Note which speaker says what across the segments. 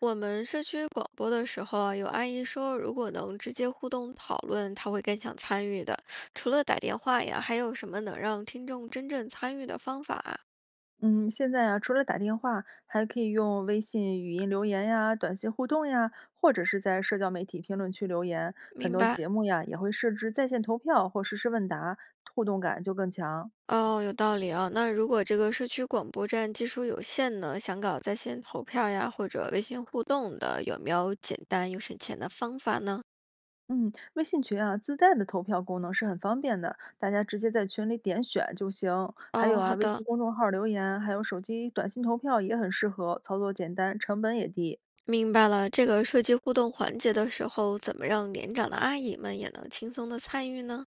Speaker 1: 我们社区广播的时候啊，有阿姨说，如果能直接互动讨论，她会更想参与的。除了打电话呀，还有什么能让听众真正参与的方法啊？
Speaker 2: 嗯，现在啊，除了打电话，还可以用微信语音留言呀、短信互动呀，或者是在社交媒体评论区留言。很
Speaker 1: 明
Speaker 2: 多
Speaker 1: 白。
Speaker 2: 节目呀也会设置在线投票或实时问答，互动感就更强。
Speaker 1: 哦，有道理啊。那如果这个社区广播站技术有限呢，想搞在线投票呀，或者微信互动的，有没有简单又省钱的方法呢？
Speaker 2: 嗯，微信群啊，自带的投票功能是很方便的，大家直接在群里点选就行。还
Speaker 1: 哦，
Speaker 2: 有啊，
Speaker 1: 好
Speaker 2: 微信
Speaker 1: 的，
Speaker 2: 公众号留言，还有手机短信投票也很适合，操作简单，成本也低。
Speaker 1: 明白了。这个设计互动环节的时候，怎么让年长的阿姨们也能轻松的参与呢？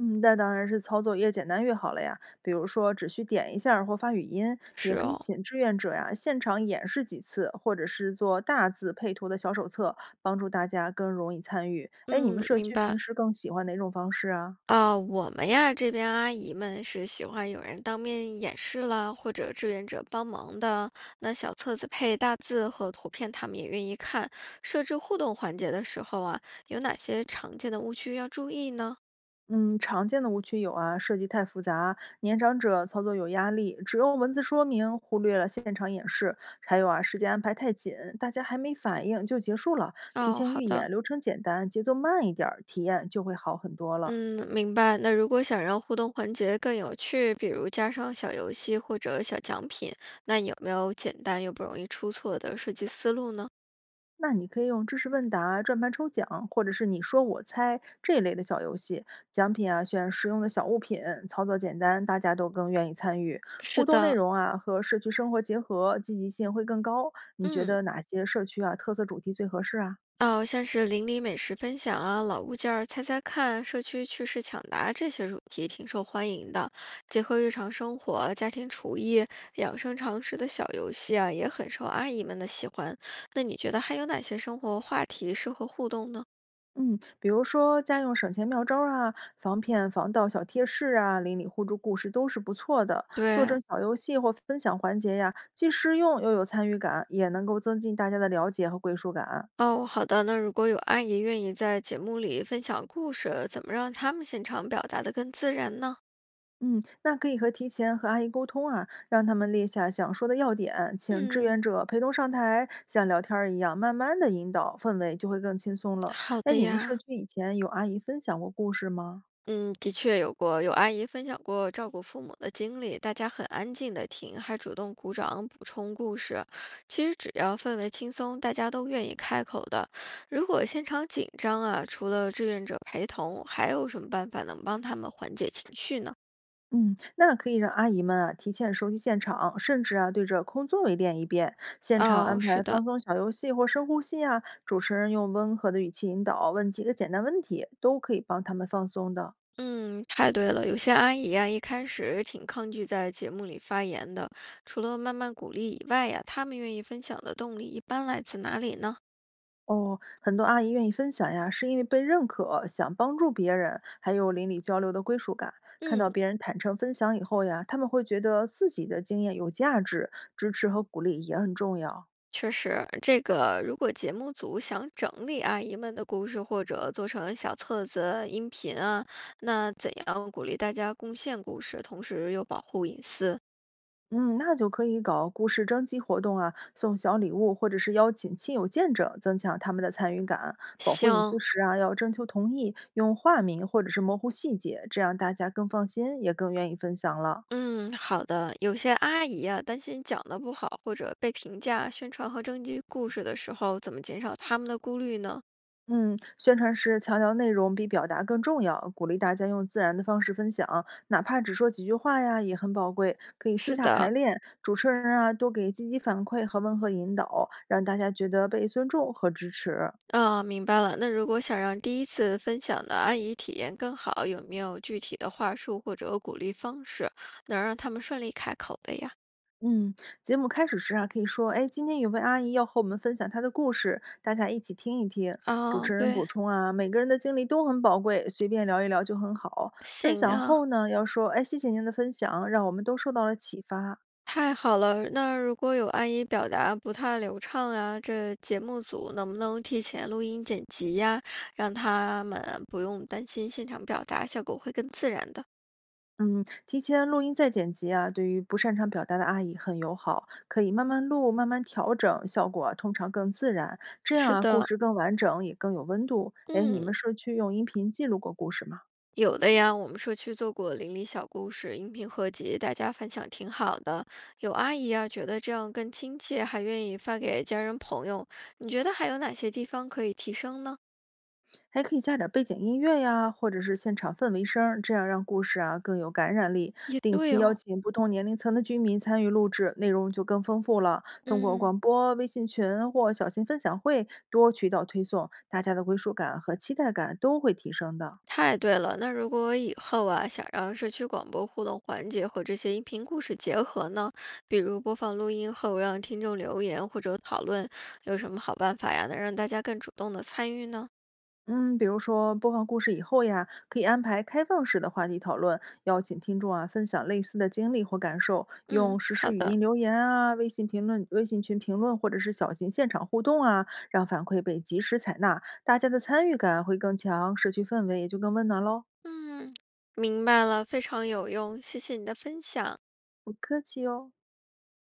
Speaker 2: 嗯，那当然是操作越简单越好了呀。比如说，只需点一下儿或发语音，也
Speaker 1: 是
Speaker 2: 可以
Speaker 1: 哦，
Speaker 2: 请志愿者呀现场演示几次，或者是做大字配图的小手册，帮助大家更容易参与。哎，你们
Speaker 1: 嗯，
Speaker 2: 社
Speaker 1: 明
Speaker 2: 区平
Speaker 1: 白。
Speaker 2: 时更喜欢哪种方式啊？
Speaker 1: 我们呀，这边阿姨们是喜欢有人当面演示啦，或者志愿者帮忙的。那小册子配大字和图片，他们也愿意看。设置互动环节的时候啊，有哪些常见的误区要注意呢？
Speaker 2: 嗯，常见的误区有啊，设计太复杂，年长者操作有压力，只用文字说明，忽略了现场演示。还有啊，时间安排太紧，大家还没反应就结束了。提
Speaker 1: 哦，
Speaker 2: 前
Speaker 1: 好
Speaker 2: 预演，
Speaker 1: 的，
Speaker 2: 流程简单，节奏慢一点儿，体验就会好很多了。
Speaker 1: 嗯，明白。那如果想让互动环节更有趣，比如加上小游戏或者小奖品，那有没有简单又不容易出错的设计思路呢？
Speaker 2: 那你可以用知识问答、转盘抽奖，或者是你说我猜这类的小游戏，奖品啊选实用的小物品，操作简单，大家都更愿意参与。互
Speaker 1: 是
Speaker 2: 动内
Speaker 1: 的，
Speaker 2: 容啊和社区生活结合，积极性会更高。你觉
Speaker 1: 嗯。
Speaker 2: 得哪些社区啊特色主题最合适啊？
Speaker 1: 哦，像是邻里美食分享啊、老物件儿猜猜看、社区趣事抢答这些主题挺受欢迎的。结合日常生活、家庭厨艺、养生常识的小游戏啊，也很受阿姨们的喜欢。那你觉得还有哪些生活话题适合互动呢？
Speaker 2: 嗯，比如说家用省钱妙招儿啊、防骗防盗小贴士啊、邻里互助故事都是不错的。做成
Speaker 1: 对，
Speaker 2: 小游戏或分享环节呀，既实用又有参与感，也能够增进大家的了解和归属感。
Speaker 1: 哦，好的。那如果有阿姨愿意在节目里分享故事，怎么让他们现场表达的更自然呢？
Speaker 2: 嗯，那可以提前和阿姨沟通啊，让他们列下想说的要点，请志
Speaker 1: 嗯，
Speaker 2: 愿者陪同上台，像聊天儿一样，慢慢的引导，氛围就会更轻松了。
Speaker 1: 好
Speaker 2: 哎，
Speaker 1: 的
Speaker 2: 你们社
Speaker 1: 呀。
Speaker 2: 区以前有阿姨分享过故事吗？
Speaker 1: 嗯，的确有过，有阿姨分享过照顾父母的经历，大家很安静的听，还主动鼓掌补充故事。其实只要氛围轻松，大家都愿意开口的。如果现场紧张啊，除了志愿者陪同，还有什么办法能帮他们缓解情绪呢？
Speaker 2: 嗯，那可以让阿姨们啊提前熟悉现场，甚至啊对着空座位练一遍，现场
Speaker 1: 哦，
Speaker 2: 安
Speaker 1: 是
Speaker 2: 排
Speaker 1: 的，
Speaker 2: 放松小游戏或深呼吸啊，主持人用温和的语气引导，问几个简单问题，都可以帮他们放松的。
Speaker 1: 嗯，太对了。有些阿姨呀、一开始挺抗拒在节目里发言的，除了慢慢鼓励以外呀、他们愿意分享的动力一般来自哪里呢？
Speaker 2: 哦，很多阿姨愿意分享呀，是因为被认可，想帮助别人，还有邻里交流的归属感。看到
Speaker 1: 嗯。
Speaker 2: 别人坦诚分享以后呀，他们会觉得自己的经验有价值，支持和鼓励也很重要。
Speaker 1: 确实，这个如果节目组想整理阿姨们的故事，或者做成小册子、音频啊，那怎样鼓励大家贡献故事，同时又保护隐私？
Speaker 2: 嗯，那就可以搞故事征集活动啊，送小礼物，或者是邀请亲友见证，增强他们的参与感。保护隐
Speaker 1: 行，
Speaker 2: 私时啊，要征求同意，用化名或者是模糊细节，这样大家更放心，也更愿意分享了。
Speaker 1: 嗯，好的。有些阿姨啊，担心讲的不好或者被评价、宣传和征集故事的时候，怎么减少他们的顾虑呢？
Speaker 2: 嗯，宣传时强调内容比表达更重要，鼓励大家用自然的方式分享，哪怕只说几句话呀，也很宝贵。可以私
Speaker 1: 是
Speaker 2: 下排
Speaker 1: 的，
Speaker 2: 练，主持人啊多给积极反馈和温和引导，让大家觉得被尊重和支持。
Speaker 1: 哦，明白了。那如果想让第一次分享的阿姨体验更好，有没有具体的话术或者鼓励方式，能让他们顺利开口的呀？
Speaker 2: 嗯，节目开始时啊，可以说，哎，今天有位阿姨要和我们分享她的故事，大家一起听一听。主
Speaker 1: 啊，
Speaker 2: 持人
Speaker 1: 对，
Speaker 2: 补充啊，每个人的经历都很宝贵，随便聊一聊就很好。分
Speaker 1: 行
Speaker 2: 享
Speaker 1: 啊，
Speaker 2: 后呢，要说，哎，谢谢您的分享，让我们都受到了启发。
Speaker 1: 太好了。那如果有阿姨表达不太流畅啊，这节目组能不能提前录音剪辑呀，让他们不用担心现场表达，效果会更自然的。
Speaker 2: 嗯，提前录音再剪辑啊，对于不擅长表达的阿姨很友好，可以慢慢录，慢慢调整，效果啊通常更自然。这样
Speaker 1: 是
Speaker 2: 啊，故
Speaker 1: 的，
Speaker 2: 事更完整，也更有温度。哎，你
Speaker 1: 嗯。
Speaker 2: 们社区用音频记录过故事吗？
Speaker 1: 有的呀，我们社区做过邻里小故事、音频合集，大家反响挺好的。有阿姨啊，觉得这样更亲切，还愿意发给家人朋友。你觉得还有哪些地方可以提升呢？
Speaker 2: 还可以加点背景音乐呀，或者是现场氛围声儿，这样让故事啊更有感染力。
Speaker 1: 也
Speaker 2: 定
Speaker 1: 对
Speaker 2: 期邀
Speaker 1: 哦，
Speaker 2: 请不同年龄层的居民参与录制，内容就更丰富了。通过
Speaker 1: 嗯，
Speaker 2: 广播、微信群或小型分享会多渠道推送，大家的归属感和期待感都会提升的。
Speaker 1: 太对了。那如果以后啊，想让社区广播互动环节和这些音频故事结合呢，比如播放录音后让听众留言或者讨论，有什么好办法呀？能让大家更主动的参与呢？
Speaker 2: 嗯，比如说播放故事以后呀，可以安排开放式的话题讨论，邀请听众啊分享类似的经历或感受，
Speaker 1: 嗯，
Speaker 2: 用实
Speaker 1: 好
Speaker 2: 时语
Speaker 1: 的。
Speaker 2: 音留言啊、微信评论、微信群评论，或者是小型现场互动啊，让反馈被及时采纳，大家的参与感会更强，社区氛围也就更温暖喽。
Speaker 1: 嗯，明白了，非常有用，谢谢你的分享。
Speaker 2: 不客气哦。